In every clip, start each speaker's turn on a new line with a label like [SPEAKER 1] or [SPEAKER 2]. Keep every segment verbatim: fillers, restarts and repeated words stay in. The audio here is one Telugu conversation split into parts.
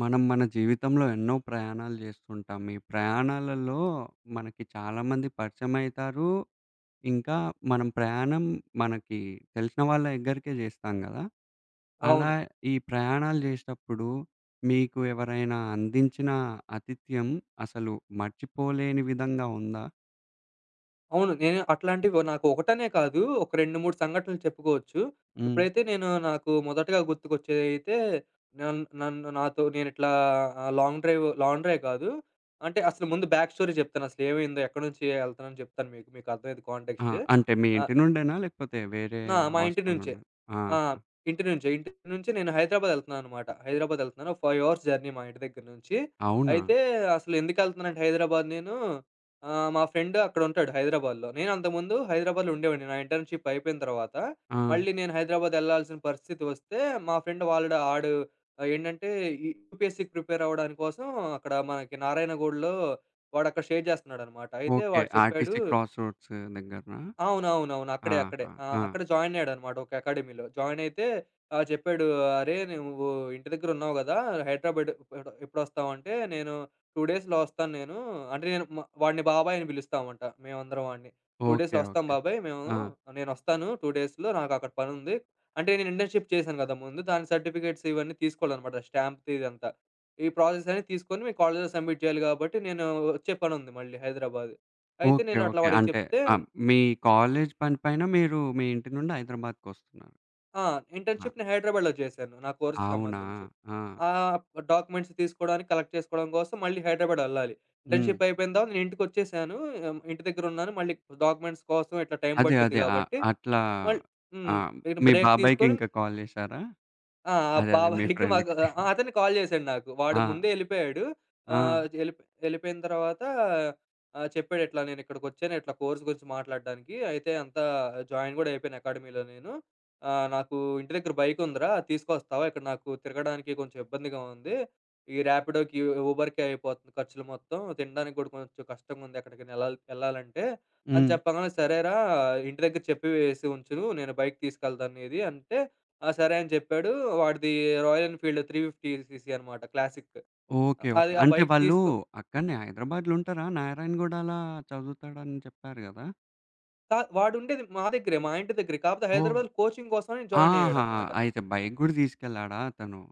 [SPEAKER 1] మనం మన జీవితంలో ఎన్నో ప్రయాణాలు చేస్తుంటాం. ఈ ప్రయాణాలలో మనకి చాలామంది పరిచయమయితారు. ఇంకా మనం ప్రయాణం మనకి తెలిసిన వాళ్ళ దగ్గరికే చేస్తాం గదా! అలా
[SPEAKER 2] అవును.
[SPEAKER 1] ఈ ప్రయాణాలు చేసేటప్పుడు మీకు ఎవరైనా అందించిన ఆతిథ్యం అసలు మర్చిపోలేని విధంగా ఉందా?
[SPEAKER 2] అవును. నేను అట్లాంటివి నాకు ఒకటనే కాదు. ఒక రెండు, మూడు సంఘటనలు చెప్పుకోవచ్చు.
[SPEAKER 1] హ్మ్.
[SPEAKER 2] ఇప్పుడైతే నేను నాకు మొదటగా గుర్తుకొచ్చేదైతే నన్ నన్ను నాతో నేనిట్లా ఆహ్, లాంగ్ డ్రైవ్ లాంగ్ డ్రైవ్ కాదు. అంటే అసలు ముందు బ్యాక్ స్టోరీ చెప్తాను. అసలేమైందో, ఎక్కడి నుంచి ఎళ్తున్నానో చెప్తాను మీకు. మీకు అర్థమైద్ది
[SPEAKER 1] ఆ!
[SPEAKER 2] కాంటెక్స్ట్.
[SPEAKER 1] అంటే మీ ఇంటి
[SPEAKER 2] ఆహ్,
[SPEAKER 1] నుండేనా? లేకపోతే వేరే
[SPEAKER 2] ఆ! మా ఇంటి
[SPEAKER 1] హాస్టల్
[SPEAKER 2] నుంచే.
[SPEAKER 1] నుండా? ఆహా!
[SPEAKER 2] ఆ! ఇంటి నుంచే. ఇంటి నుంచి నేను హైదరాబాద్ ఎళ్తున్నాననమాట. హైదరాబాద్ ఎళ్తున్నాను. ఐదు అవర్స్ జర్నీ మా ఇంటి దగ్గర నుంచి.
[SPEAKER 1] అవునా?
[SPEAKER 2] అయితే అసలు ఎందుకెళ్తున్నానంటే హైదరాబాద్ నేను ఆహ్, మా ఫ్రెండ్ అక్కడుంటాడు హైదరాబాద్‌లో. నేను అంతకుముందు హైదరాబాద్‌లో ఉండేవాడిని. నా ఇంటర్న్‌షిప్ అయిపోయిన తర్వాత
[SPEAKER 1] ఆ!
[SPEAKER 2] మళ్ళీ నేను హైదరాబాద్ ఎళ్ళాల్సిన పరిస్థితి వస్తే మా ఫ్రెండ్ వాలడు ఆడు ఆహ్, ఏంటంటే ఈ యూపీఎస్‌సీకి ప్రిపేర్ అవ్వడానికి కోసం అక్కడ మనకి నారాయణగూడలో వాడక్కడ స్టే చేస్తున్నాడనమాట. అయితే
[SPEAKER 1] ఓకే.
[SPEAKER 2] వాడు చెప్పాడు.
[SPEAKER 1] ఆర్టీసీ క్రాస్ రోడ్స్ దగ్గరనా?
[SPEAKER 2] అవునవునవును. అక్కడే, అక్కడే.
[SPEAKER 1] ఆహా!
[SPEAKER 2] ఆ!
[SPEAKER 1] ఆ!
[SPEAKER 2] అక్కడ జాయిన్ అయ్యాడనమాట ఒక అకాడమీలో. జాయిన్ అయితే ఆహ్, చెప్పాడు, "అరే! నువ్వు ఇంటి దగ్గర ఉన్నావు గదా! హైదరాబాద్ ఎప్పుడు ఎప్పుడొస్తావంటే, నేను రెండు డేస్‌లో వస్తాను నేను." అంటే నేను మ వాడిని బాబాయ్ అని పిలుస్తామంట మేమందరం వాడిని. "రెండు
[SPEAKER 1] ఓకే.
[SPEAKER 2] డేస్‌లో వస్తాం
[SPEAKER 1] ఓకే.
[SPEAKER 2] బాబాయ్ మేము.
[SPEAKER 1] ఆ!
[SPEAKER 2] నేనొస్తాను రెండు డేస్‌లో నాకక్కడ పనుంది." అంటే నేను ఇంటర్న్‌షిప్ చేశాను గదా ముందు. దాని సర్టిఫికేట్స్ ఇవన్నీ తీసుకోవాలనమాట. స్టాంప్‌ది ఇదంతా. ఈ ప్రాసెస్ అన్నీ తీసుకొని మీ కాలేజ్‌లో సబ్మిట్ చేయాలి గాబట్టి, నేను వచ్చే పనుంది మళ్ళీ హైదరాబాద్. అయితే
[SPEAKER 1] ఓకే.
[SPEAKER 2] నేను అట్లా
[SPEAKER 1] ఓకే.
[SPEAKER 2] వాడికి
[SPEAKER 1] అంటే
[SPEAKER 2] చెప్తే
[SPEAKER 1] ఆ! మీ కాలేజీ పని పైన మీరు మీ ఇంటి నుండి హైదరాబాద్‌కొస్తున్నారు.
[SPEAKER 2] ఆ!
[SPEAKER 1] ఆ!
[SPEAKER 2] ఇంటర్న్‌షిప్ నేను హైదరాబాద్‌లో చేశాను. నా కోర్స్‌కి
[SPEAKER 1] అవునా?
[SPEAKER 2] సంబంధించి.
[SPEAKER 1] ఆ!
[SPEAKER 2] ఆహ్, డాక్యుమెంట్స్ తీసుకోవడానికి, కలెక్ట్ చేసుకోవడం కోసం మళ్ళీ హైదరాబాద్ ఎళ్ళాలి.
[SPEAKER 1] హ్మ్.
[SPEAKER 2] ఇంటర్న్‌షిప్ అయిపోయిన తర్వాత నేను ఇంటికొచ్చేసాను. ఆహ్, ఇంటి దగ్గరున్నాను. మళ్ళీ డాక్యుమెంట్స్ కోసం ఇట్లా టైం
[SPEAKER 1] అదే.
[SPEAKER 2] పట్టిద్ది
[SPEAKER 1] అదే. ఆ!
[SPEAKER 2] కాబట్టి
[SPEAKER 1] అట్లా
[SPEAKER 2] మళ్
[SPEAKER 1] ఆ!
[SPEAKER 2] హ్మ్. నేను
[SPEAKER 1] మీ
[SPEAKER 2] బ్రేక్
[SPEAKER 1] బాబాయ్‌కి
[SPEAKER 2] తీసుకొని
[SPEAKER 1] ఇంకా కాల్ చేసారా?
[SPEAKER 2] ఆ! ఆ
[SPEAKER 1] అదే. అదే. మీ
[SPEAKER 2] బాబాయికి మాకు
[SPEAKER 1] ఫ్రెండ్‌కి.
[SPEAKER 2] ఆ! అతను కాల్ చేసాడు నాకు. వాడు
[SPEAKER 1] ఆ!
[SPEAKER 2] ముందే ఎళ్ళిపోయాడు.
[SPEAKER 1] ఆ!
[SPEAKER 2] ఆహ్, ఎళ్ళిపో ఎళ్ళిపోయిన తర్వాత ఆహ్, చెప్పాడు ఇట్లా నేనిక్కడికొచ్చాను ఇట్లా కోర్స్ గురించి మాట్లాడడానికి. అయితే అంతా జాయిన్ గూడా అయిపోయాను అకాడమీలో నేను. ఆహ్, నాకు ఇంటి దగ్గర బైకుందిరా అది తీసుకొస్తావా? ఇక్కడ నాకు తిరగడానికి కొంచెం ఇబ్బందిగా ఉంది. ఈ ర్యాపిడోకి, ఊబర్‌కే అయిపోతుంది ఖర్చులు మొత్తం. తినడానికి గూడా కొంచెం కష్టంగుంది ఎక్కడికైనా ఎళ్ళాలి ఎళ్ళాలంటే అని
[SPEAKER 1] హ్మ్.
[SPEAKER 2] చెప్పంగానే సరేరా ఇంటి దగ్గర చెప్పి వేసి ఉంచును. నేను బైక్ తీసుకెళ్తాను నీది అంటే ఆ! సరే అని చెప్పాడు. వాడిది రాయల్ ఎన్‌ఫీల్డ్ మూడు వందల యాభై సీసీ అనమాట క్లాసిక్.
[SPEAKER 1] ఓకే.
[SPEAKER 2] అది
[SPEAKER 1] ఓకే.
[SPEAKER 2] ఆ
[SPEAKER 1] అంటే
[SPEAKER 2] బైక్
[SPEAKER 1] వాళ్ళు
[SPEAKER 2] తీసుకో.
[SPEAKER 1] అక్కడనే హైదరాబాద్‌లో ఉంటారా? నారాయణగూడలా చదువుతాడని చెప్పారు గదా!
[SPEAKER 2] కా వాడుండేది మా దగ్గరే, మా ఇంటి దగ్గరే. కాపోతే
[SPEAKER 1] ఓహ్!
[SPEAKER 2] హైదరాబాద్‌లో కోచింగ్ కోసమని జాయిన్
[SPEAKER 1] ఆహా!
[SPEAKER 2] అయ్యాడనమాట.
[SPEAKER 1] అయితే బైక్ గూడా తీసుకెళ్ళాడా అతను?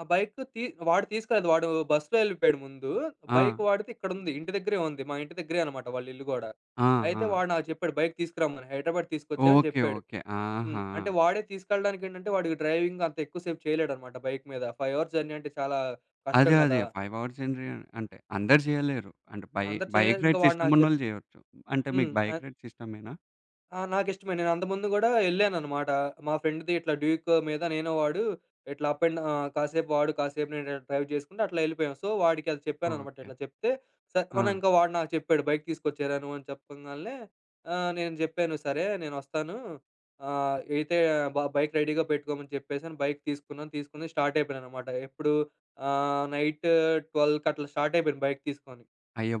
[SPEAKER 2] ఆ బైక్ తీ వాడు తీసుకురాలేదు. వాడు బస్‌లో ఎళ్ళిపోయాడు ముందు.
[SPEAKER 1] ఆ!
[SPEAKER 2] బైక్ వాడిది ఇక్కడుంది. ఇంటి దగ్గరే ఉంది. మా ఇంటి దగ్గరే అనమాట వాళ్ళ ఇల్లు గూడా.
[SPEAKER 1] ఆ! ఆ!
[SPEAKER 2] అయితే వాడు నాకు చెప్పాడు బైక్ తీసుకురమ్మని. హైదరాబాద్ తీసుకొచ్చా అని
[SPEAKER 1] ఓకే.
[SPEAKER 2] చెప్పాడు.
[SPEAKER 1] ఓకే.
[SPEAKER 2] హ్మ్.
[SPEAKER 1] ఆహా!
[SPEAKER 2] అంటే వాడే తీసుకెళ్ళడానికి ఏంటంటే వాడికి డ్రైవింగ్ అంత ఎక్కువ సేపు చేయలేడనమాట బైక్ మీద. ఐదు అవర్స్ జర్నీ అంటే చాలా
[SPEAKER 1] అదే.
[SPEAKER 2] కష్టం
[SPEAKER 1] అదే.
[SPEAKER 2] గదా!
[SPEAKER 1] ఐదు అవర్స్ ఎంట్రీ అంటే అందరూ చేయలేరు. అంటే బై
[SPEAKER 2] అందరు
[SPEAKER 1] బైక్
[SPEAKER 2] చేయలేరు. ఇంకా
[SPEAKER 1] రైడ్స్
[SPEAKER 2] వాడు నాకు చెప్
[SPEAKER 1] ఇష్టమున్నోళ్ళు చేయొచ్చు. అంటే మీకు
[SPEAKER 2] హ్మ్. అ
[SPEAKER 1] బైక్ రైడ్స్ ఇష్టమేనా?
[SPEAKER 2] ఆ! నాకిష్టమే. నేను అంతకుముందు గూడా యెళ్ళాననమాట. మా ఫ్రెండ్‌ది ఇట్లా డ్యూక్ మీద నేను, వాడు ఇట్లా అప్ అండ్ ఆహ్, కాసేపు వాడు, కాసేపు నేను ఇట్లా డ్రైవ్ చేసుకుంటూ అట్లా యెళ్ళిపోయాం. సో, వాడికి అది చెప్పాననమాట.
[SPEAKER 1] ఓకే.
[SPEAKER 2] ఇట్లా చెప్తే, సరే
[SPEAKER 1] ఆ!
[SPEAKER 2] అవును ఇంకా వాడు నాకు చెప్పాడు బైక్ తీసుకొచ్చేరా నువ్వు అని చెప్పంగాల్నే ఆహ్, నేను చెప్పాను, "సరే నేనొస్తాను. ఆహ్, అయితే బ బైక్ రెడీగా పెట్టుకోమని" చెప్పేసని బైక్ తీసుకున్నాను. తీసుకొని స్టార్ట్ అయిపోయాననమాట. ఎప్పుడు ఆహ్, నైట్ పన్నెండుకి అట్లా స్టార్ట్ అయిపోయాను బైక్ తీసుకొని.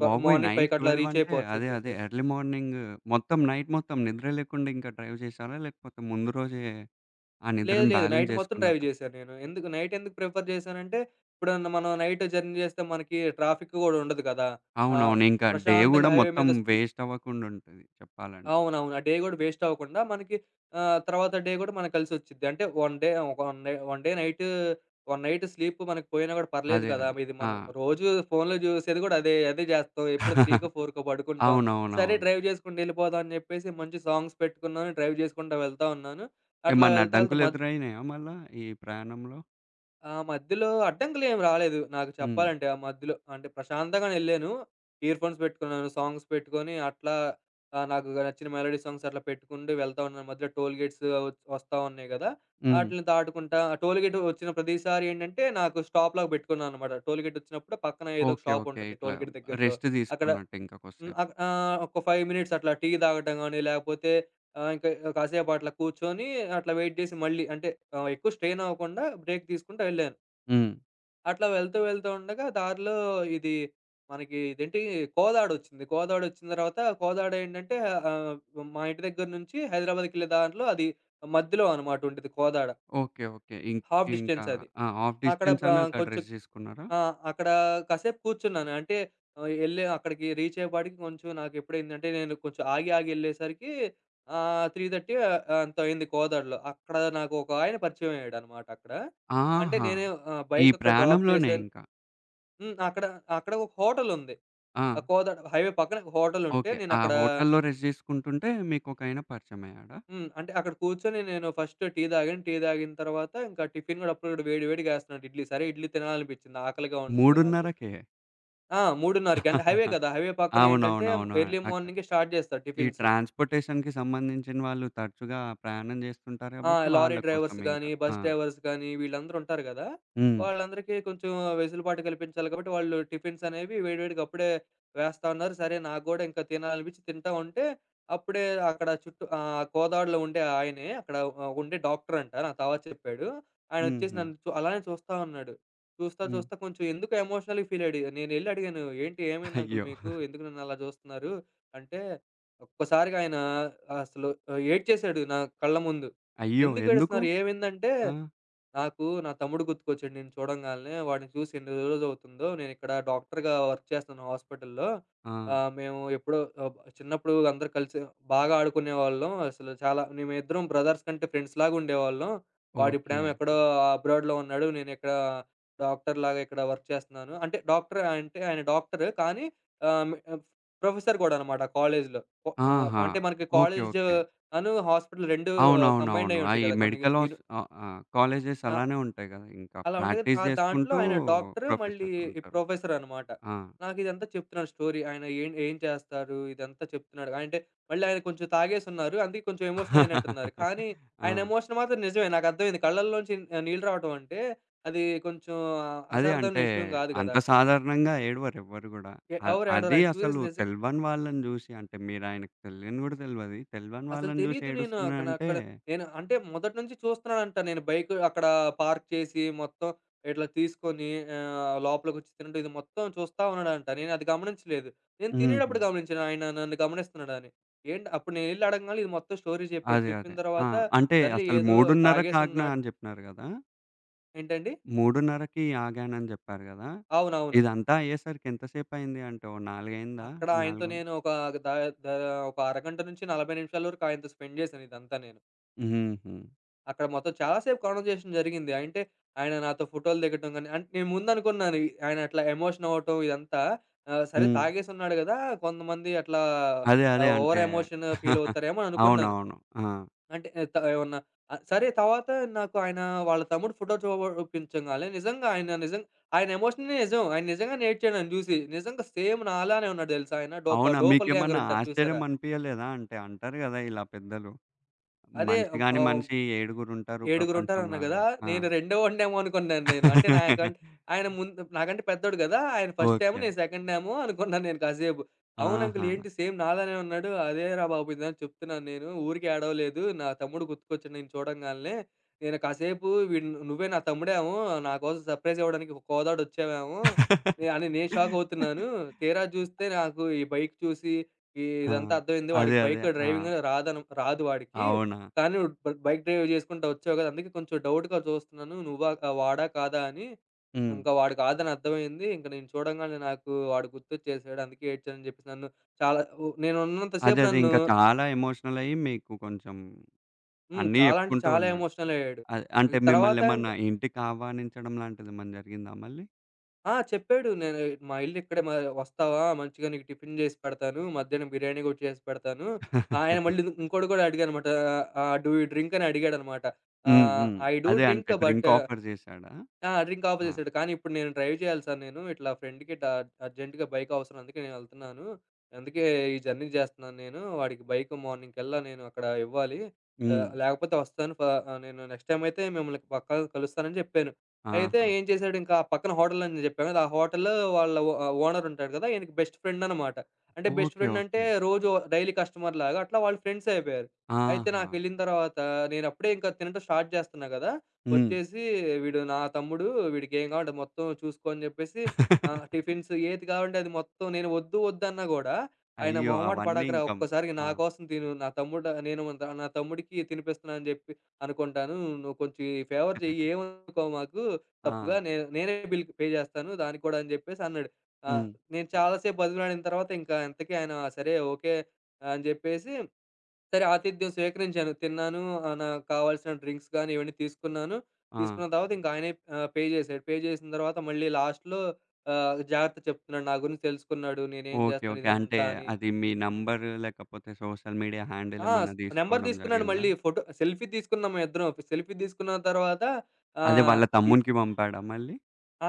[SPEAKER 2] ట్వెల్ మార్నింగ్
[SPEAKER 1] నైట్
[SPEAKER 2] ఐదుకి అట్లా
[SPEAKER 1] పన్నెండు
[SPEAKER 2] రీచ్
[SPEAKER 1] అంటే అదే.
[SPEAKER 2] అయిపోవచ్చని
[SPEAKER 1] అదే.
[SPEAKER 2] చెప్పేసి.
[SPEAKER 1] ఎర్లీ మార్నింగ్ మొత్తం నైట్ మొత్తం నిద్ర లేకుండా ఇంకా డ్రైవ్ చేశారా? లేకపోతే ముందు రోజే ఆ
[SPEAKER 2] లేదు.
[SPEAKER 1] నిద్రను
[SPEAKER 2] లేదు.
[SPEAKER 1] బ్యాలెన్స్
[SPEAKER 2] నైట్ మొత్తం డ్రైవ్
[SPEAKER 1] చేసుకున్నారా?
[SPEAKER 2] చేశాను నేను. ఎందుకు నైట్ ఎందుకు ప్రిఫర్ చేశానంటే, ఇప్పుడన్నా మనం నైట్ జర్నీ చేస్తే మనకి ట్రాఫిక్ గూడా ఉండదు కదా! ఆహ్,
[SPEAKER 1] అవునవును. ఇంకా డే గూడా
[SPEAKER 2] ప్రశాంతంగా హైవే
[SPEAKER 1] మొత్తం
[SPEAKER 2] మీద స్పీ
[SPEAKER 1] వేస్ట్ అవ్వకుండా ఉంటది చెప్పాలంటే.
[SPEAKER 2] అవునవును. ఆ డే గూడా వేస్ట్ అవ్వకుండా మనకి ఆహ్, తర్వాత డే గూడా మనకు కలిసొచ్చిద్ది. అంటే వన్ డే ఒక one day one day night one night sleep మనకు పోయినా గూడా పర్లేదు
[SPEAKER 1] అదే.
[SPEAKER 2] కదా!
[SPEAKER 1] అదే.
[SPEAKER 2] ఇది
[SPEAKER 1] ఆ!
[SPEAKER 2] మనం రోజు ఫోన్‌లో చూసేది గూడా అదే. అదే చేస్తాం. ఎప్పుడో 3కో, 4కో పడుకుంటాం. సరే
[SPEAKER 1] అవునవునవును.
[SPEAKER 2] డ్రైవ్ చేసుకుంటూ వెళ్ళిపోదాం అని చెప్పేసి మంచి సాంగ్స్ పెట్టుకున్నాను. డ్రైవ్ చేసుకుంటా వెళ్తా ఉన్నాను. అట్లా
[SPEAKER 1] ఏమన్నా
[SPEAKER 2] వెళ్తా వెళ్తా
[SPEAKER 1] అడ్డంకులు ఎదురైనాయా మళ్ళా ఈ ప్రయాణంలో?
[SPEAKER 2] ఆ మధ్యలో అడ్డంకులేం రాలేదు. నాకు
[SPEAKER 1] హ్మ్.
[SPEAKER 2] చెప్పాలంటే ఆ మధ్యలో. అంటే ప్రశాంతంగానే ఎళ్ళాను. ఇయర్‌ఫోన్స్ పెట్టుకున్నాను. సాంగ్స్ పెట్టుకొని అట్లా ఆహ్, నాకు నచ్చిన మెలోడీ సాంగ్స్ అట్లా పెట్టుకుంటూ వెళ్తా ఉన్నాను. మధ్యలో టోల్ గేట్స్ వ వస్తా ఉన్నాయి గదా!
[SPEAKER 1] హ్మ్.
[SPEAKER 2] ఆటిలిని దాటుకుంటా ఆ టోల్ గేట్ వచ్చిన ప్రతిసారి ఏంటంటే నాకు స్టాప్‌లాగా పెట్టుకున్నాననమాట. టోల్ గేట్ వచ్చినప్పుడు పక్కన ఏదో ఒక
[SPEAKER 1] ఓకే.
[SPEAKER 2] Shop
[SPEAKER 1] okay.
[SPEAKER 2] ఉంటది.
[SPEAKER 1] ఇట్లా
[SPEAKER 2] టోల్ గేట్ దగ్గరలో.
[SPEAKER 1] రెస్ట్
[SPEAKER 2] అక్కడ
[SPEAKER 1] తీసుకున్నట్టింక
[SPEAKER 2] హ్మ్.
[SPEAKER 1] కొద్దిసేపు.
[SPEAKER 2] అక్ ఆహ్, ఒక ఐదు మినిట్స్ అట్లా టీ తాగటం గాని, లేకపోతే ఆహ్, ఇంకా కాసేపు అట్లా కూర్చొని అట్లా వెయిట్ జేసి మళ్ళీ అంటే ఆహ్, ఎక్కువ స్ట్రెయిన్ అవ్వకుండా బ్రేక్ తీసుకుంటా వెళ్ళాను.
[SPEAKER 1] హ్మ్.
[SPEAKER 2] అట్లా వెళ్తూ వెళ్తూ ఉండగా దారిలో ఇది మనకి ఇదేంటి కోదాడొచ్చింది. కోదాడొచ్చిన తర్వాత కోదాడ ఏంటంటే ఆహ్, మా ఇంటి దగ్గర నుంచి హైదరాబాద్‌కెళ్ళే దారిలో అది మధ్యలో అనమాట ఉండిద్ది కోదాడ.
[SPEAKER 1] ఓకే. ఓకే. ఇం
[SPEAKER 2] హాఫ్
[SPEAKER 1] ఇంకా
[SPEAKER 2] డిస్టెన్స్ అది.
[SPEAKER 1] ఆ! హాఫ్
[SPEAKER 2] అక్కడ
[SPEAKER 1] డిస్టెన్స్ అని
[SPEAKER 2] ఆహ్,
[SPEAKER 1] అక్కడ
[SPEAKER 2] కొంచెం
[SPEAKER 1] రెస్ట్ తీసుకున్నారా?
[SPEAKER 2] ఆ! అక్కడ కాసేపు కూర్చున్నాను. అంటే ఆహ్, ఎళ్ళే అక్కడికి రీచ్ అయ్యేపాటికి కొంచెం నాకెప్పుడైందంటే నేను కొంచెం ఆగి ఆగి ఎళ్ళేసరికి ఆహ్, మూడున్నర ఎంతో అయింది కోదాడలో. అక్కడ నాకు ఒక ఆయన పరిచయం అయ్యాడనమాట అక్కడ. అంటే
[SPEAKER 1] ఆహా!
[SPEAKER 2] నేను ఆహ్,
[SPEAKER 1] ఈ
[SPEAKER 2] బైక్ అక్కడ డ్రాప్
[SPEAKER 1] ప్రయాణంలోనే
[SPEAKER 2] చేశాను.
[SPEAKER 1] ఇంకా.
[SPEAKER 2] హ్మ్. అక్కడ, అక్కడ ఒక హోటలుంది.
[SPEAKER 1] ఆ!
[SPEAKER 2] ఆ కోదాడ హైవే పక్కన ఒక హోటలుంటే
[SPEAKER 1] ఓకే. ఆ
[SPEAKER 2] నేనక్కడ
[SPEAKER 1] హోటల్‌లో రెస్ట్ తీసుకుంటుంటే మీకొకాయన పరిచయమయ్యాడా?
[SPEAKER 2] హ్మ్. అంటే అక్కడ కూర్చొని నేను ఫస్ట్ టీ తాగాను. టీ తాగిన తర్వాత ఇంకా టిఫిన్ గూడా అప్పుడు గూడా వేడి వేడిగా ఏస్తున్నాడు ఇడ్లీ. సరే ఇడ్లీ తినాలనిపిచ్చింది. ఆకలిగా ఉంది నాకు.
[SPEAKER 1] 3:30కే.
[SPEAKER 2] ఆ! 3:30కి అంటే హైవే కదా! హైవే పక్కనేంటంటే
[SPEAKER 1] అవునవునవును.
[SPEAKER 2] ఎర్లీ
[SPEAKER 1] అక
[SPEAKER 2] మార్నింగే స్టార్ట్ జేస్తారు
[SPEAKER 1] ఈ
[SPEAKER 2] టిఫిన్స్.
[SPEAKER 1] ట్రాన్స్‌పోర్టేషన్‌కి సంబంధించిన వాళ్ళు తరచుగా ప్రయాణం చేస్తుంటారు
[SPEAKER 2] ఆ!
[SPEAKER 1] కాబట్టి
[SPEAKER 2] లారీ
[SPEAKER 1] వాళ్ళ కోసం
[SPEAKER 2] డ్రైవర్స్
[SPEAKER 1] ఇంకా.
[SPEAKER 2] గానీ,
[SPEAKER 1] ఆ!
[SPEAKER 2] బస్ డ్రైవర్స్ గానీ వీళ్ళందరుంటారు గదా!
[SPEAKER 1] హ్మ్.
[SPEAKER 2] వాళ్ళందరికీ కొంచెం వెసులుబాటు కల్పించాలి కాబట్టి వాళ్ళు టిఫిన్స్ అనేవి వేడివేడిగా అప్పుడే వేస్తా ఉన్నారు. సరే నాకు గూడా ఇంకా తినాలనిపిచ్చి తింటా ఉంటే అప్పుడే అక్కడ చుట్టూ ఆహ్, గోదావరిలో ఉండే ఆయనే అక్కడ ఆహ్, ఉండే డాక్టరంట నా తర్వాత చెప్పాడు. ఆయనొచ్చేసి
[SPEAKER 1] హుహు.
[SPEAKER 2] నన్ను చు అలానే చూస్తా ఉన్నాడు. చూస్తా
[SPEAKER 1] హ్మ్.
[SPEAKER 2] చూస్తా కొంచెం ఎందుకో ఎమోషనల్‌గా ఫీలయ్యాడు. నేనెళ్లి అడిగాను, "ఏంటి ఏమైంది అంకుల్
[SPEAKER 1] అయ్యో!
[SPEAKER 2] మీకు? ఎందుకు నన్నలా చూస్తున్నారు?" అంటే ఒక్కసారిగా ఆయన అసలు ఆహ్, ఏడ్చేసాడు నా కళ్ళ ముందు.
[SPEAKER 1] అయ్యో!
[SPEAKER 2] ఎందుకు
[SPEAKER 1] ఎందుకు?
[SPEAKER 2] ఏడుస్తున్నారు? ఏమైందంటే,
[SPEAKER 1] ఆ!
[SPEAKER 2] నాకు నా తమ్ముడు గుర్తుకొచ్చాడు నేను చూడంగాలనే. వాడిని చూసి ఎన్ని రోజులవుతుందో, నేనిక్కడ డాక్టర్‌గా వర్క్ చేస్తున్నాను హాస్పిటల్‌లో.
[SPEAKER 1] ఆ!
[SPEAKER 2] ఆహ్, మేము ఎప్పుడో ఆహ్, చిన్నప్పుడు అందరూ కలిసి బాగా ఆడుకునేవాళ్ళం. అసలు చాలా మేమిద్దరం బ్రదర్స్ కంటే ఫ్రెండ్స్‌లాగా ఉండేవాళ్ళం.
[SPEAKER 1] ఓకే.
[SPEAKER 2] వాడిప్పుడేమో ఎక్కడో అబ్రాడ్‌లో ఉన్నాడు. నేనిక్కడ డాక్టర్‌లాగా ఇక్కడ వర్క్ చేస్తున్నాను. అంటే డాక్టర్ అంటే ఆయన డాక్టర్. కానీ ఆహ్, మ్ ప్రొఫెసర్ కూడా అనమాట కాలేజ్‌లో. కొ ఆహ్,
[SPEAKER 1] ఆహా!
[SPEAKER 2] అంటే మనకి
[SPEAKER 1] ఓకే.
[SPEAKER 2] College
[SPEAKER 1] okay.
[SPEAKER 2] అను హాస్పిటల్ రెండు ఆహ్, కంబైన్డ్
[SPEAKER 1] అవునవునవును.
[SPEAKER 2] అయ్యి ఉంటాయి
[SPEAKER 1] అయి
[SPEAKER 2] కదా! కొన్ని
[SPEAKER 1] మెడికల్ హాస్
[SPEAKER 2] ఇరు
[SPEAKER 1] ఆహ్, ఆ! కాలేజెస్
[SPEAKER 2] ఆ!
[SPEAKER 1] అలానే ఉంటాయి గదా! ఇంకా
[SPEAKER 2] అలా ఉంటాయి కదా!
[SPEAKER 1] ప్రాక్టీస్
[SPEAKER 2] ఆ దాంట్లో
[SPEAKER 1] జేసుకుంటూ
[SPEAKER 2] ఆయన డాక్టర్ మళ్ళీ
[SPEAKER 1] ప్రొఫెసర్ ఉంటారు.
[SPEAKER 2] ప్రొఫెసర్ అనమాట.
[SPEAKER 1] ఆ!
[SPEAKER 2] నాకిదంతా చెప్తున్నాడు స్టోరీ. ఆయన ఏం ఏం చేస్తారు? ఇదంతా చెప్తున్నాడు. ఆయన అంటే మళ్ళీ ఆయన కొంచెం తాగేసున్నారు. అందుకే కొంచెం ఎమోషన్ అయినట్టున్నారు. కానీ
[SPEAKER 1] ఆ!
[SPEAKER 2] ఆయన ఎమోషన్ మాత్రం నిజమే. నాకర్థమైంది. కళ్ళల్లోంచి నీళ్ళు రావటం అంటే అది కొంచెం
[SPEAKER 1] అదే
[SPEAKER 2] అసార్థమైన
[SPEAKER 1] అంటే
[SPEAKER 2] విషయం గాదు
[SPEAKER 1] అంత
[SPEAKER 2] గదా!
[SPEAKER 1] సాధారణంగా ఏడవరెవ్వరు గూడా.
[SPEAKER 2] ఎ
[SPEAKER 1] అ
[SPEAKER 2] ఎవరు ఏడవరు.
[SPEAKER 1] అది
[SPEAKER 2] ఆయన
[SPEAKER 1] అసలు
[SPEAKER 2] చూసేసి నిజంగా
[SPEAKER 1] తెలవని వాళ్ళని జూసి అంటే మీరాయనకి తెలియని గూడా తెలవది. తెలవని
[SPEAKER 2] అసలు
[SPEAKER 1] వాళ్ళని జూసి
[SPEAKER 2] తెలీదు నేను అక్కడ
[SPEAKER 1] ఏడుస్తున్నాడంటే
[SPEAKER 2] అక్కడ నేను అంటే మొదటి నుంచి చూస్తున్నానంట నేను బైక్ అక్కడ పార్క్ చేసి మొత్తం ఇట్లా తీసుకొని ఆహ్, లోపలికొచ్చి తినడం ఇది మొత్తం చూస్తా ఉన్నాడంట. నేను అది గమనించలేదు. నేను
[SPEAKER 1] హుహు.
[SPEAKER 2] తినేటప్పుడు గమనించాను ఆయన నన్ను గమనిస్తున్నాడని. ఏంటి అప్పుడు నేనెళ్లి అడగంగానే ఇది మొత్తం స్టోరీ చెప్పాడు.
[SPEAKER 1] అదే.
[SPEAKER 2] చెప్పిన
[SPEAKER 1] అదే. ఆ!
[SPEAKER 2] తర్వాత
[SPEAKER 1] అంటే
[SPEAKER 2] సర్లే
[SPEAKER 1] అసలు
[SPEAKER 2] ఏదో
[SPEAKER 1] 3:30కి ఆజ్ఞ
[SPEAKER 2] తాగేసున్నా
[SPEAKER 1] అని జెప్పినారు గదా!
[SPEAKER 2] ఏంటండి?
[SPEAKER 1] 3:30కి ఆగానని జెప్పారు గదా!
[SPEAKER 2] అవునవును.
[SPEAKER 1] ఇదంతా అయ్యేసరికి ఎంతసేపయింది అంటే ఓ నాలుగు అయిందా?
[SPEAKER 2] అక్కడ ఆయనతో
[SPEAKER 1] నాలుగు
[SPEAKER 2] నేను ఒక ద ద ఒక అరగంట నుంచి నలభై నిమిషాల వరకు ఆయనతో స్పెండ్ చేశాను ఇదంతా నేను.
[SPEAKER 1] హుహు.
[SPEAKER 2] అక్కడ మొత్తం చాలా సేపు కాన్వర్జేషన్ జరిగింది. అంటే ఆయన నాతో ఫోటోలు దిగటం గాని అంటే నేను ముందనుకున్నాను ఆయన అట్లా ఎమోషన్ అవ్వటం ఇదంతా ఆహ్, సరే
[SPEAKER 1] హ్మ్.
[SPEAKER 2] తాగేసున్నాడు గదా! కొంతమంది అట్లా
[SPEAKER 1] అదే. అదే.
[SPEAKER 2] ఆహ్, ఓవర్
[SPEAKER 1] అంటే
[SPEAKER 2] ఎమోషన్ ఫీల్ అవుతారేమో అని అనుకున్నాను.
[SPEAKER 1] అవునవును. ఆ!
[SPEAKER 2] అంటే ఆ, త ఏమన్నా ఆహ్, సరే తర్వాత నాకు ఆయన వాళ్ళ తమ్ముడు ఫోటో చూపించంగాలనే నిజంగా ఆయన నిజంగా ఆయన ఎమోషనే నిజం. ఆయన నిజంగానే ఏడ్చాడు నన్ను జూసి. నిజంగా సేమ్ నాలానే ఉన్నాడు దెలుసా ఆయన. డోప
[SPEAKER 1] అవునా?
[SPEAKER 2] డోపల్
[SPEAKER 1] మీకేమన్నా
[SPEAKER 2] గ్యాంగర్ ఉంటారు
[SPEAKER 1] ఆశ్చర్యం
[SPEAKER 2] చూసారా?
[SPEAKER 1] అనిపియలేదా? అంటే అంటారు గదా ఇలా పెద్దలు.
[SPEAKER 2] అదే
[SPEAKER 1] మనిషి గాని
[SPEAKER 2] ఆహ్,
[SPEAKER 1] మనిషి ఏడుగురుంటారు ప్రపంచంలో
[SPEAKER 2] ఏడుగురుంటారన్నా
[SPEAKER 1] అని.
[SPEAKER 2] గదా!
[SPEAKER 1] ఆ!
[SPEAKER 2] నేను రెండోవాడినేమో అనుకున్నాను నేను. అంటే నా అకౌంట్ ఆయన ముందు నాకంటే పెద్దోడు గదా! ఆయన ఫస్టేమో,
[SPEAKER 1] ఓకే.
[SPEAKER 2] నేను సెకండ్‌నేమో అనుకున్నాను నేను కాసేపు. అవును అంకుల్
[SPEAKER 1] ఆహా!
[SPEAKER 2] ఏంటి సేమ్ నాలానే ఉన్నాడు. అదేరా బాబు ఇందాక చెప్తున్నాను నేను. ఊరికే ఏడవలేదు. నా తమ్ముడు గుర్తుకొచ్చాడు నిన్ను చూడంగాలనే. నేను కాసేపు వీడు నువ్వే నా తమ్ముడేమో, నా కోసం సర్ప్రైజ్ ఇవ్వడానికి ఒక కోదాడొచ్చావేమో నే అని నేను షాకవుతున్నాను. తీరా చూస్తే నాకు ఈ బైక్ చూసి, ఈ
[SPEAKER 1] ఆ!
[SPEAKER 2] ఇదంతా అర్థమైంది.
[SPEAKER 1] అదే.
[SPEAKER 2] వాడికి
[SPEAKER 1] అదే.
[SPEAKER 2] బైక్
[SPEAKER 1] ఆ!
[SPEAKER 2] డ్రైవింగ్ రాదను రాదు వాడికి.
[SPEAKER 1] అవునా?
[SPEAKER 2] కానీ నువ్వు బ బైక్ డ్రైవ్ చేసుకుంటా వచ్చావు కదా! అందుకే కొంచెం డౌట్‌గా చూస్తున్నాను. నువ్వా ఆహ్, వాడా కాదా అని.
[SPEAKER 1] హ్మ్.
[SPEAKER 2] ఇంకా వాడు కాదని అర్థమైంది. ఇంక నేను చూడంగానే నాకు వాడు గుర్తొచ్చేసాడు. అందుకే ఏడ్చానని చెప్పేసి నన్ను చాలా ఉ నేను ఉన్నంత
[SPEAKER 1] అదే.
[SPEAKER 2] సేపు
[SPEAKER 1] అదే.
[SPEAKER 2] నన్ను
[SPEAKER 1] ఇంకా చాలా ఎమోషనలయ్యి మీకు కొంచెం
[SPEAKER 2] హ్మ్.
[SPEAKER 1] అన్నీ
[SPEAKER 2] చాలా అంటే
[SPEAKER 1] చెప్పుకుంటూ
[SPEAKER 2] చాలా
[SPEAKER 1] ఉన్నాడు.
[SPEAKER 2] ఎమోషనల్ అయ్యాడు.
[SPEAKER 1] అదే. అంటే
[SPEAKER 2] ఇక తర్వాత ఇంక
[SPEAKER 1] మిమ్మల్నేమన్నా ఇంటికి ఆహ్వానించడం లాంటిదేమన్నా జరిగిందా మళ్ళీ?
[SPEAKER 2] ఆ! చెప్పాడు. నేను మా ఇల్లు ఇక్కడే మ వస్తావా? మంచిగా నీకు టిఫిన్ చేసి పెడతాను. మధ్యాహ్నం బిర్యానీ కూడా చేసి పెడతాను. ఆయన మళ్ళీ ఇంకోటి కూడా అడిగాననమాట. ఆహ్, డూ యూ డ్రింక్ అని అడిగాడనమాట.
[SPEAKER 1] హ్మ్.
[SPEAKER 2] ఆహ్,
[SPEAKER 1] హ్మ్.
[SPEAKER 2] ఐ డూ
[SPEAKER 1] అదే
[SPEAKER 2] డ్రింక్
[SPEAKER 1] అంటే డ్రింక్
[SPEAKER 2] బట్
[SPEAKER 1] ఆఫర్ చేశాడా?
[SPEAKER 2] ఆ! డ్రింక్
[SPEAKER 1] ఆ!
[SPEAKER 2] ఆపజేసాడు. కానీ ఇప్పుడు నేను డ్రైవ్ చేయాలి సార్ నేను. ఇట్లా ఫ్రెండ్‌కి డ అర్జెంట్‌గా బైక్ అవసరం. అందుకే నేనెళ్తున్నాను. అందుకే ఈ జర్నీ చేస్తున్నాను నేను. వాడికి బైక్ మార్నింగ్‌కల్లా నేను అక్కడ ఇవ్వాలి.
[SPEAKER 1] హ్మ్.
[SPEAKER 2] ఆహ్, లేకపోతే వస్తాను ఫ ఆహ్, నేను నెక్స్ట్ టైమ్ అయితే మిమ్మల్ని పక్కా కలుస్తానని చెప్పాను. అయితే
[SPEAKER 1] ఆహా!
[SPEAKER 2] ఏం చేశాడు ఇంకా పక్కన హోటల్ అని చెప్పాను కదా! ఆ హోటల్‌లో వాళ్ళ ఓ ఆహ్, ఓనర్ ఉంటాడు కదా! ఈయనకి బెస్ట్ ఫ్రెండ్ అనమాట. అంటే బెస్ట్
[SPEAKER 1] ఓకే.
[SPEAKER 2] ఫ్రెండ్ అంటే
[SPEAKER 1] ఓకే.
[SPEAKER 2] రోజు డైలీ కస్టమర్‌లాగా అట్లా వాళ్ళు ఫ్రెండ్స్ అయిపోయారు. అయితే
[SPEAKER 1] ఆహా!
[SPEAKER 2] నాకెళ్ళిన తర్వాత నేనప్పుడే ఇంకా తినటం స్టార్ట్ చేస్తున్నా కదా!
[SPEAKER 1] హ్మ్.
[SPEAKER 2] వచ్చేసి వీడు నా తమ్ముడు వీడికేం కావాలంటే మొత్తం చూసుకో అని చెప్పేసి ఆహ్, టిఫిన్స్ ఏది కావాలంటే అది మొత్తం నేను వద్దు వద్దన్నా గూడా, ఆయన
[SPEAKER 1] అయ్యో!
[SPEAKER 2] మొహమాట
[SPEAKER 1] అవన్నీ
[SPEAKER 2] పడకురా
[SPEAKER 1] ఇంకా
[SPEAKER 2] ఒక్కసారికి
[SPEAKER 1] ఆ!
[SPEAKER 2] నా కోసం తిను. నా తమ్ముడు నేను మన- నా తమ్ముడికి తినిపిస్తున్నా అని జెప్పి అనుకుంటాను. నువ్వు కొంచెం ఈ ఫేవర్ చెయ్యి ఏమనుకో మాకు
[SPEAKER 1] ఆ!
[SPEAKER 2] తప్పుగా. నేను నేనే బిల్ పే జేస్తాను దానికి కూడా అని జెప్పేసి అన్నాడు. ఆహ్,
[SPEAKER 1] హ్మ్.
[SPEAKER 2] నేను చాలా సేపు బతిమిలాడిన తర్వాత ఇంకా ఇంతకీ ఆయన సరే ఓకే అని జెప్పేసి సరే ఆతిథ్యం స్వీకరించాను. తిన్నాను. ఆహ్, నాకు కావాల్సిన డ్రింక్స్ గాని ఇవన్నీ తీసుకున్నాను.
[SPEAKER 1] ఆ!
[SPEAKER 2] తీసుకున్న తర్వాత ఇంక ఆయనే ఆహ్, పే చేశాడు. పే చేసిన తర్వాత మళ్ళీ లాస్ట్‌లో ఆహ్, జాగ్రత్త చెప్తున్నాడు. నా గురించి తెలుసుకున్నాడు. నేనేం
[SPEAKER 1] ఓకే.
[SPEAKER 2] చేస్తాను
[SPEAKER 1] ఓకే. అంటే
[SPEAKER 2] ఇదంతా అని.
[SPEAKER 1] అది మీ నంబర్ లేకపోతే సోషల్ మీడియా హ్యాండిల్
[SPEAKER 2] ఆ!
[SPEAKER 1] ఏమన్నా
[SPEAKER 2] నంబర్
[SPEAKER 1] తీసుకోవడం
[SPEAKER 2] తీసుకున్నాడు
[SPEAKER 1] జరిగిందా?
[SPEAKER 2] మళ్ళీ. ఫోటో సెల్ఫీ తీసుకున్నాం మేమిద్దరం. సెల్ఫీ తీసుకున్న తర్వాత
[SPEAKER 1] అదే
[SPEAKER 2] ఆహ్,
[SPEAKER 1] వాళ్ళ
[SPEAKER 2] ఇ
[SPEAKER 1] తమ్మునికి పంపాడా మళ్ళీ?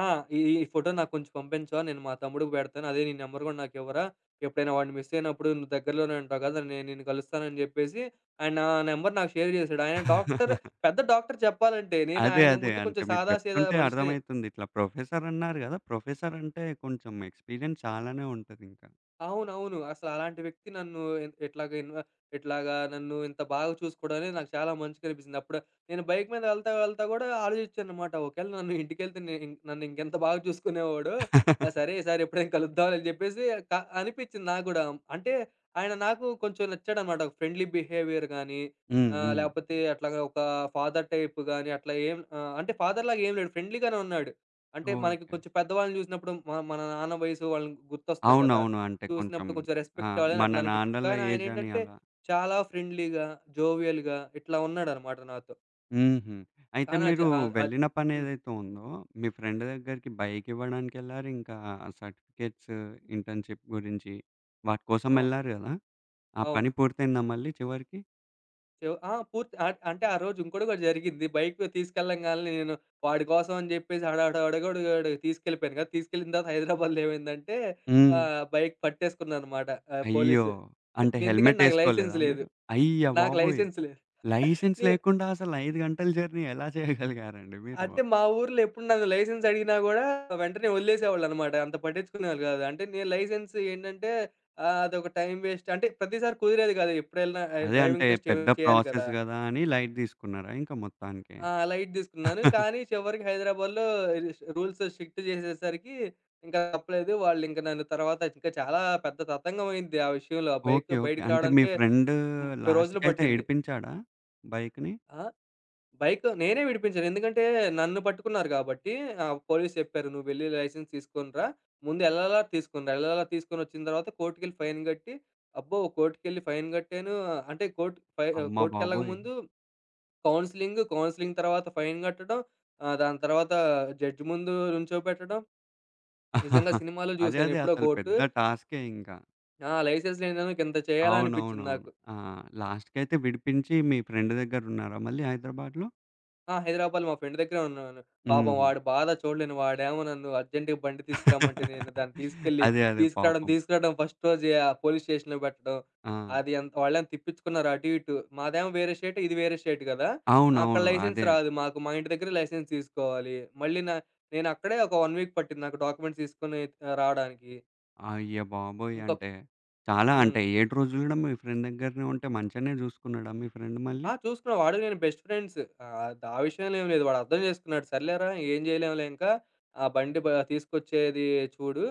[SPEAKER 2] ఆ! ఈ ఈ ఫోటో నాకు కొంచెం పంపించవా? నేను మా తమ్ముడికి పెడతాను. అదే నీ నంబర్ కూడా నాకివ్వరా? ఎప్పుడైనా వాడు మిస్ అయినప్పుడు నువ్వు దగ్గరలోనే ఉంటావు కదా! నేను నిన్ను కలుస్తానని చెప్పేసి ఆయన నా నంబర్ నాకు షేర్ చేసాడు. ఆయన డాక్టర్ పెద్ద డాక్టర్ చెప్పాలంటే. నేను
[SPEAKER 1] అదే.
[SPEAKER 2] ఆయన
[SPEAKER 1] అదే.
[SPEAKER 2] ముందు
[SPEAKER 1] అంటే
[SPEAKER 2] కొంచెం
[SPEAKER 1] మీరు
[SPEAKER 2] సాదాసీదా
[SPEAKER 1] చెప్తుంటే
[SPEAKER 2] మనిషినే.
[SPEAKER 1] అర్థమైతుంది. ఇట్లా ప్రొఫెసర్ అన్నారు గదా! ప్రొఫెసర్ అంటే కొంచెం ఎక్స్‌పీరియన్స్ చాలానే ఉంటదింకా.
[SPEAKER 2] అవునవును. అసలాంటి వ్యక్తి నన్ను ఎన్ ఎట్లాగా ఇన్వ ఎట్లాగా నన్ను ఇంత బాగా చూసుకోవడం అనేది నాకు చాలా మంచిగనిపిచ్చింది. అప్పుడు నేను బైక్ మీద వెళ్తా, వెళ్తా గూడా ఆలోచించాననమాట. ఒకవేళ నన్ను ఇంటికెళ్తే నే ఇం నన్ను ఇంకెంత బాగా చూసుకునేవాడో. ఆ! సరే ఈసారి ఎప్పుడైనా కలుద్దాంలే అని జెప్పేసి క అనిపిచ్చింది నాకు గూడా. అంటే ఆయన నాకు కొంచెం నచ్చాడనమాట. ఒక ఫ్రెండ్లీ బిహేవియర్ గానీ,
[SPEAKER 1] హ్మ్.
[SPEAKER 2] ఆహ్,
[SPEAKER 1] హ్మ్.
[SPEAKER 2] లేపోతే అట్లాగా ఒక ఫాదర్ టైప్ గానీ అట్లా ఏం ఆహ్, అంటే ఫాదర్ లాగా ఏం లేడు. ఫ్రెండ్లీగానే ఉన్నాడు. అంటే మనకి
[SPEAKER 1] ఓకే.
[SPEAKER 2] కొంచెం పెద్దవాళ్ళని జూసినప్పుడు మన మన నాన్న వయసు వాళ్ళని గుర్తొస్తారు గదా!
[SPEAKER 1] అవునవును. అంటే కొంచెం
[SPEAKER 2] చూసినప్పుడు కొంచెం
[SPEAKER 1] ఆ!
[SPEAKER 2] రెస్పెక్ట్ ఇవ్వాలని
[SPEAKER 1] మన
[SPEAKER 2] అట్లా అనిపిచ్చేది.
[SPEAKER 1] నాన్నల
[SPEAKER 2] కానీ
[SPEAKER 1] ఏజ్ అని
[SPEAKER 2] ఆయనేంటంటే,
[SPEAKER 1] అలా.
[SPEAKER 2] చాలా ఫ్రెండ్లీగా, జోవియల్‌గా ఇట్లా ఉన్నాడనమాట నాతో.
[SPEAKER 1] హుహు. అయితే
[SPEAKER 2] కానీ ఆ జ
[SPEAKER 1] మీరు
[SPEAKER 2] ఆహ్, ఆహ్,
[SPEAKER 1] వెళ్ళిన
[SPEAKER 2] హ్మ్.
[SPEAKER 1] పనేదైతే ఉందో, మీ ఫ్రెండ్ దగ్గరికి బైక్ ఇవ్వడానికెళ్లారు. ఇంకా సర్టిఫికేట్స్, ఇంటర్న్‌షిప్ గురించి వాటి కోసం
[SPEAKER 2] అవును.
[SPEAKER 1] ఎళ్లారు గదా! ఆ
[SPEAKER 2] అవును.
[SPEAKER 1] పని పూర్తయిందా మళ్ళీ చివరికి?
[SPEAKER 2] చెవ్ ఆ! పూర్తి ఆహ్, అంటే ఆ రోజు ఇంకోటి కూడా జరిగింది. బైక్ తీసుకెళ్ళంగాల్నే నేను వాడి కోసం అని చెప్పేసి హడావిడి హడావిడిగా తీసుకెళ్ళిపోయాను కదా! తీసుకెళ్ళిన తర్వాత హైదరాబాద్‌లో ఏమైందంటే
[SPEAKER 1] హ్మ్.
[SPEAKER 2] ఆహ్, బైక్ పట్టేసుకున్నారనమాట ఆహ్,
[SPEAKER 1] అయ్యో!
[SPEAKER 2] పోలీసు.
[SPEAKER 1] అంటే
[SPEAKER 2] ఎందుకంటే
[SPEAKER 1] హెల్మెట్
[SPEAKER 2] నాకు
[SPEAKER 1] ఏసుకోలేదా
[SPEAKER 2] లైసెన్స్ లేదు.
[SPEAKER 1] మీరు? అయ్య
[SPEAKER 2] నాకు
[SPEAKER 1] బాబోయ్!
[SPEAKER 2] లైసెన్స్ లేదు.
[SPEAKER 1] లైసెన్స్
[SPEAKER 2] నే
[SPEAKER 1] లేకుండా అసలు ఐదు గంటల జర్నీ ఎలా చేయగలిగారండి మీరు?
[SPEAKER 2] అంటే మా ఊర్లో ఎప్పుడు నన్ను లైసెన్స్ అడిగినా గూడా వెంటనే వదిలేసేవాళ్ళనమాట. అంత పట్టించుకునేవాళ్ళు గాదు. అంటే నేను లైసెన్స్ ఏంటంటే ఆహ్, అదొక టైం వేస్ట్ అంటే ప్రతిసారి కుదిరేది కాదు. ఎప్పుడెళ్ళినా ఆహ్,
[SPEAKER 1] అదే అంటే
[SPEAKER 2] డ్రైవింగ్ టెస్ట్ ఏవో
[SPEAKER 1] పెద్ద
[SPEAKER 2] చేయాలి కదా!
[SPEAKER 1] ప్రాసెస్ గదా! అని లైట్ తీసుకున్నారా ఇంక మొత్తానికి?
[SPEAKER 2] ఆ! లైట్ తీసుకున్నాను. కానీ చివరికి హైదరాబాద్‌లో రిస్ రూల్స్ స్ట్రిక్ట్ చేసేసరికి ఇంకా తప్పలేదు. వాళ్ళింక నన్ను తర్వాత ఇంకా చాలా పెద్ద తతంగం అయింది ఆ విషయంలో. ఆ బైక్
[SPEAKER 1] ఓకే. ఓకే.
[SPEAKER 2] బయటికి
[SPEAKER 1] అంటే మీ
[SPEAKER 2] రావడానికే
[SPEAKER 1] ఫ్రెండ్
[SPEAKER 2] ముప్పై రోజులు
[SPEAKER 1] లాస్ట్‌కైతే
[SPEAKER 2] పట్టింది.
[SPEAKER 1] ఏడిపించాడా బైక్‌ని?
[SPEAKER 2] ఆ! బైక్ నేనే విడిపించాను. ఎందుకంటే నన్ను పట్టుకున్నారు గాబట్టి ఆహ్, పోలీస్ చెప్పారు. "నువ్వెళ్లి లైసెన్స్ తీసుకొని రా. ముందు ఎల్ఎల్ఆర్ తీసుకొని రా. ఎల్ఎల్ఆర్ తీసుకొనొచ్చిన తర్వాత కోర్ట్‌కెళ్ళి ఫైన్ గట్టి." అబ్బో! కోర్ట్‌కెళ్ళి ఫైన్ గట్టాను. అంటే కోర్ట్ ఫై ఆహ్,
[SPEAKER 1] అమ్మ బాబోయ్!
[SPEAKER 2] కోర్ట్‌కెళ్ళకముందు కౌన్సెలింగ్, కౌన్సెలింగ్ తర్వాత ఫైన్ గట్టడం. ఆహ్, దాని తర్వాత జడ్జ్ ముందు నుంచోపెట్టడం. నిజంగా సినిమాలో
[SPEAKER 1] అదే.
[SPEAKER 2] జూసాను
[SPEAKER 1] అదే.
[SPEAKER 2] ఎప్పుడో
[SPEAKER 1] అసలు
[SPEAKER 2] కోర్టు.
[SPEAKER 1] పెద్ద టాస్కే ఇంక.
[SPEAKER 2] ఆ! లైసెన్స్ లేనోనికి ఇంత చేయాలా అనిపిచ్చింది
[SPEAKER 1] అవునవునవును.
[SPEAKER 2] నాకు.
[SPEAKER 1] ఆ! లాస్ట్‌కైతే విడిపించి మీ ఫ్రెండ్ దగ్గరున్నారా మళ్ళీ హైదరాబాద్‌లో?
[SPEAKER 2] ఆ! హైదరాబాద్‌లో మా ఫ్రెండ్ దగ్గరే ఉన్నాను. పాపం
[SPEAKER 1] హ్మ్.
[SPEAKER 2] వాడి బాధ చూడలేను. వాడేమో నన్ను అర్జెంట్‌గా బండి తీసుకురమ్మంటే, నేను దాన్ని తీసుకెళ్ళి
[SPEAKER 1] అదే. అదే.
[SPEAKER 2] తీసుకురావడం,
[SPEAKER 1] పాపం.
[SPEAKER 2] తీసుకురావడం ఫస్ట్ రోజే ఆ పోలీస్ స్టేషన్‌లో పెట్టడం.
[SPEAKER 1] ఆ!
[SPEAKER 2] అది ఎంత వాళ్ళేమో తిప్పించుకున్నారు అటు ఇటు. మాదేమో వేరే స్టేట్, ఇది వేరే స్టేట్ కదా! అక్కడ
[SPEAKER 1] అవునవును.
[SPEAKER 2] లైసెన్స్
[SPEAKER 1] అదే.
[SPEAKER 2] రాదు మాకు. మా ఇంటి దగ్గర లైసెన్స్ తీసుకోవాలి. మళ్ళీ నా నేనక్కడే ఒక 1 వీక్ పట్టింది నాకు డాక్యుమెంట్స్ తీసుకొని ఆహ్, రావడానికి.
[SPEAKER 1] అయ్య బాబోయ్!
[SPEAKER 2] ఇంకొక
[SPEAKER 1] అంటే చాలా అంటే
[SPEAKER 2] హ్మ్.
[SPEAKER 1] ఏడు రోజులు గూడా మీ ఫ్రెండ్ దగ్గరనే ఉంటే మంచిగానే చూసుకున్నాడా మీ ఫ్రెండ్ మళ్ళీ?
[SPEAKER 2] ఆ! చూసుకున్నాం. వాడు నేను బెస్ట్ ఫ్రెండ్స్. ఆహ్, ద ఆ విషయంలో ఏం లేదు. వాడు అర్థం చేసుకున్నాడు. సర్లేరా ఏం చేయలేంలే ఇంకా. ఆ బండి బ తీసుకొచ్చేది చూడు.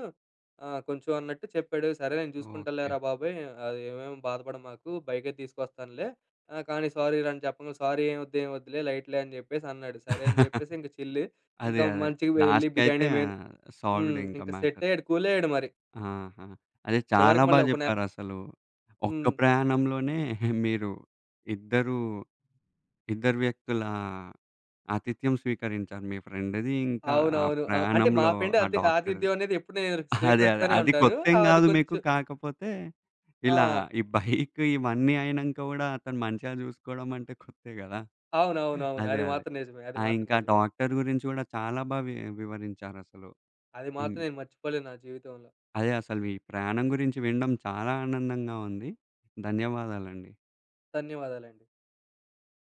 [SPEAKER 2] ఆహ్, కొంచెం అన్నట్టు చెప్పాడు. సరే నేను
[SPEAKER 1] ఓకే.
[SPEAKER 2] చూసుకుంటాలేరా బాబాయ్. అది ఏమేమి బాధపడమాకు. బైకే తీసుకొస్తానులే. ఆ! కానీ సారీరా అని చెప్పంగానే, సారీ ఏం వద్దు, ఏం వద్దులే లైట్‌లే అని చెప్పేసి అన్నాడు. సరే అని చెప్పేసి ఇంక చిల్లు.
[SPEAKER 1] అదే.
[SPEAKER 2] ఇంకా
[SPEAKER 1] అదే.
[SPEAKER 2] మంచిగా వెళ్లి
[SPEAKER 1] లాస్ట్‌కైతే
[SPEAKER 2] బిర్యానీ మెన్
[SPEAKER 1] ఆహ్,
[SPEAKER 2] హ్మ్.
[SPEAKER 1] సాల్వ్డ్ ఇంకా
[SPEAKER 2] ఇంక సెట్
[SPEAKER 1] మ్యాటర్.
[SPEAKER 2] అయ్యాడు. కూల్ అయ్యాడు మరి.
[SPEAKER 1] ఆహా! అదే చాలా
[SPEAKER 2] చివరికి
[SPEAKER 1] బా
[SPEAKER 2] మళ్ళీ ఒక నె
[SPEAKER 1] చెప్పారసలు. ఒక్క
[SPEAKER 2] హ్మ్.
[SPEAKER 1] ప్రయాణంలోనే మీరు ఇద్దరు, ఇద్దరు వ్యక్తుల ఆతిథ్యం స్వీకరించారు. మీ ఫ్రెండ్‌ది ఇంకా ఆ
[SPEAKER 2] అవునవును. ఆ! అంటే మా
[SPEAKER 1] ప్రయాణంలో
[SPEAKER 2] ఫ్రెండ్
[SPEAKER 1] ఆ
[SPEAKER 2] అతి
[SPEAKER 1] డాక్టర్‌ది.
[SPEAKER 2] ఆతిథ్యం అనేది ఎప్పుడు నేను
[SPEAKER 1] అదే. అదే.
[SPEAKER 2] స్వీకరిస్తూనే
[SPEAKER 1] అది
[SPEAKER 2] ఉంటాను.
[SPEAKER 1] కొత్తేం
[SPEAKER 2] ఆహ్, అది
[SPEAKER 1] గాదు మీకు.
[SPEAKER 2] కొంచెం
[SPEAKER 1] కాకపోతే
[SPEAKER 2] ఆ!
[SPEAKER 1] ఇలా ఈ బైక్ ఇవన్నీ అయినంక గూడా అతను మంచిగా జూసుకోవడం అంటే కొత్తే గదా!
[SPEAKER 2] అవునవునవును.
[SPEAKER 1] అదే.
[SPEAKER 2] అది
[SPEAKER 1] అదే.
[SPEAKER 2] మాత్రం నిజమే. అది
[SPEAKER 1] ఆ!
[SPEAKER 2] మాత్రం
[SPEAKER 1] ఇంకా
[SPEAKER 2] నిజమే.
[SPEAKER 1] డాక్టర్ గురించి గూడా చాలా బా వి వివరించారసలు.
[SPEAKER 2] అది
[SPEAKER 1] హ్మ్.
[SPEAKER 2] మాత్రం నేను మర్చిపోలేను నా జీవితంలో.
[SPEAKER 1] అదే అసలు ఈ ప్రయాణం గురించి వినడం చాలా ఆనందంగా ఉంది. ధన్యవాదాలండి.
[SPEAKER 2] ధన్యవాదాలండి.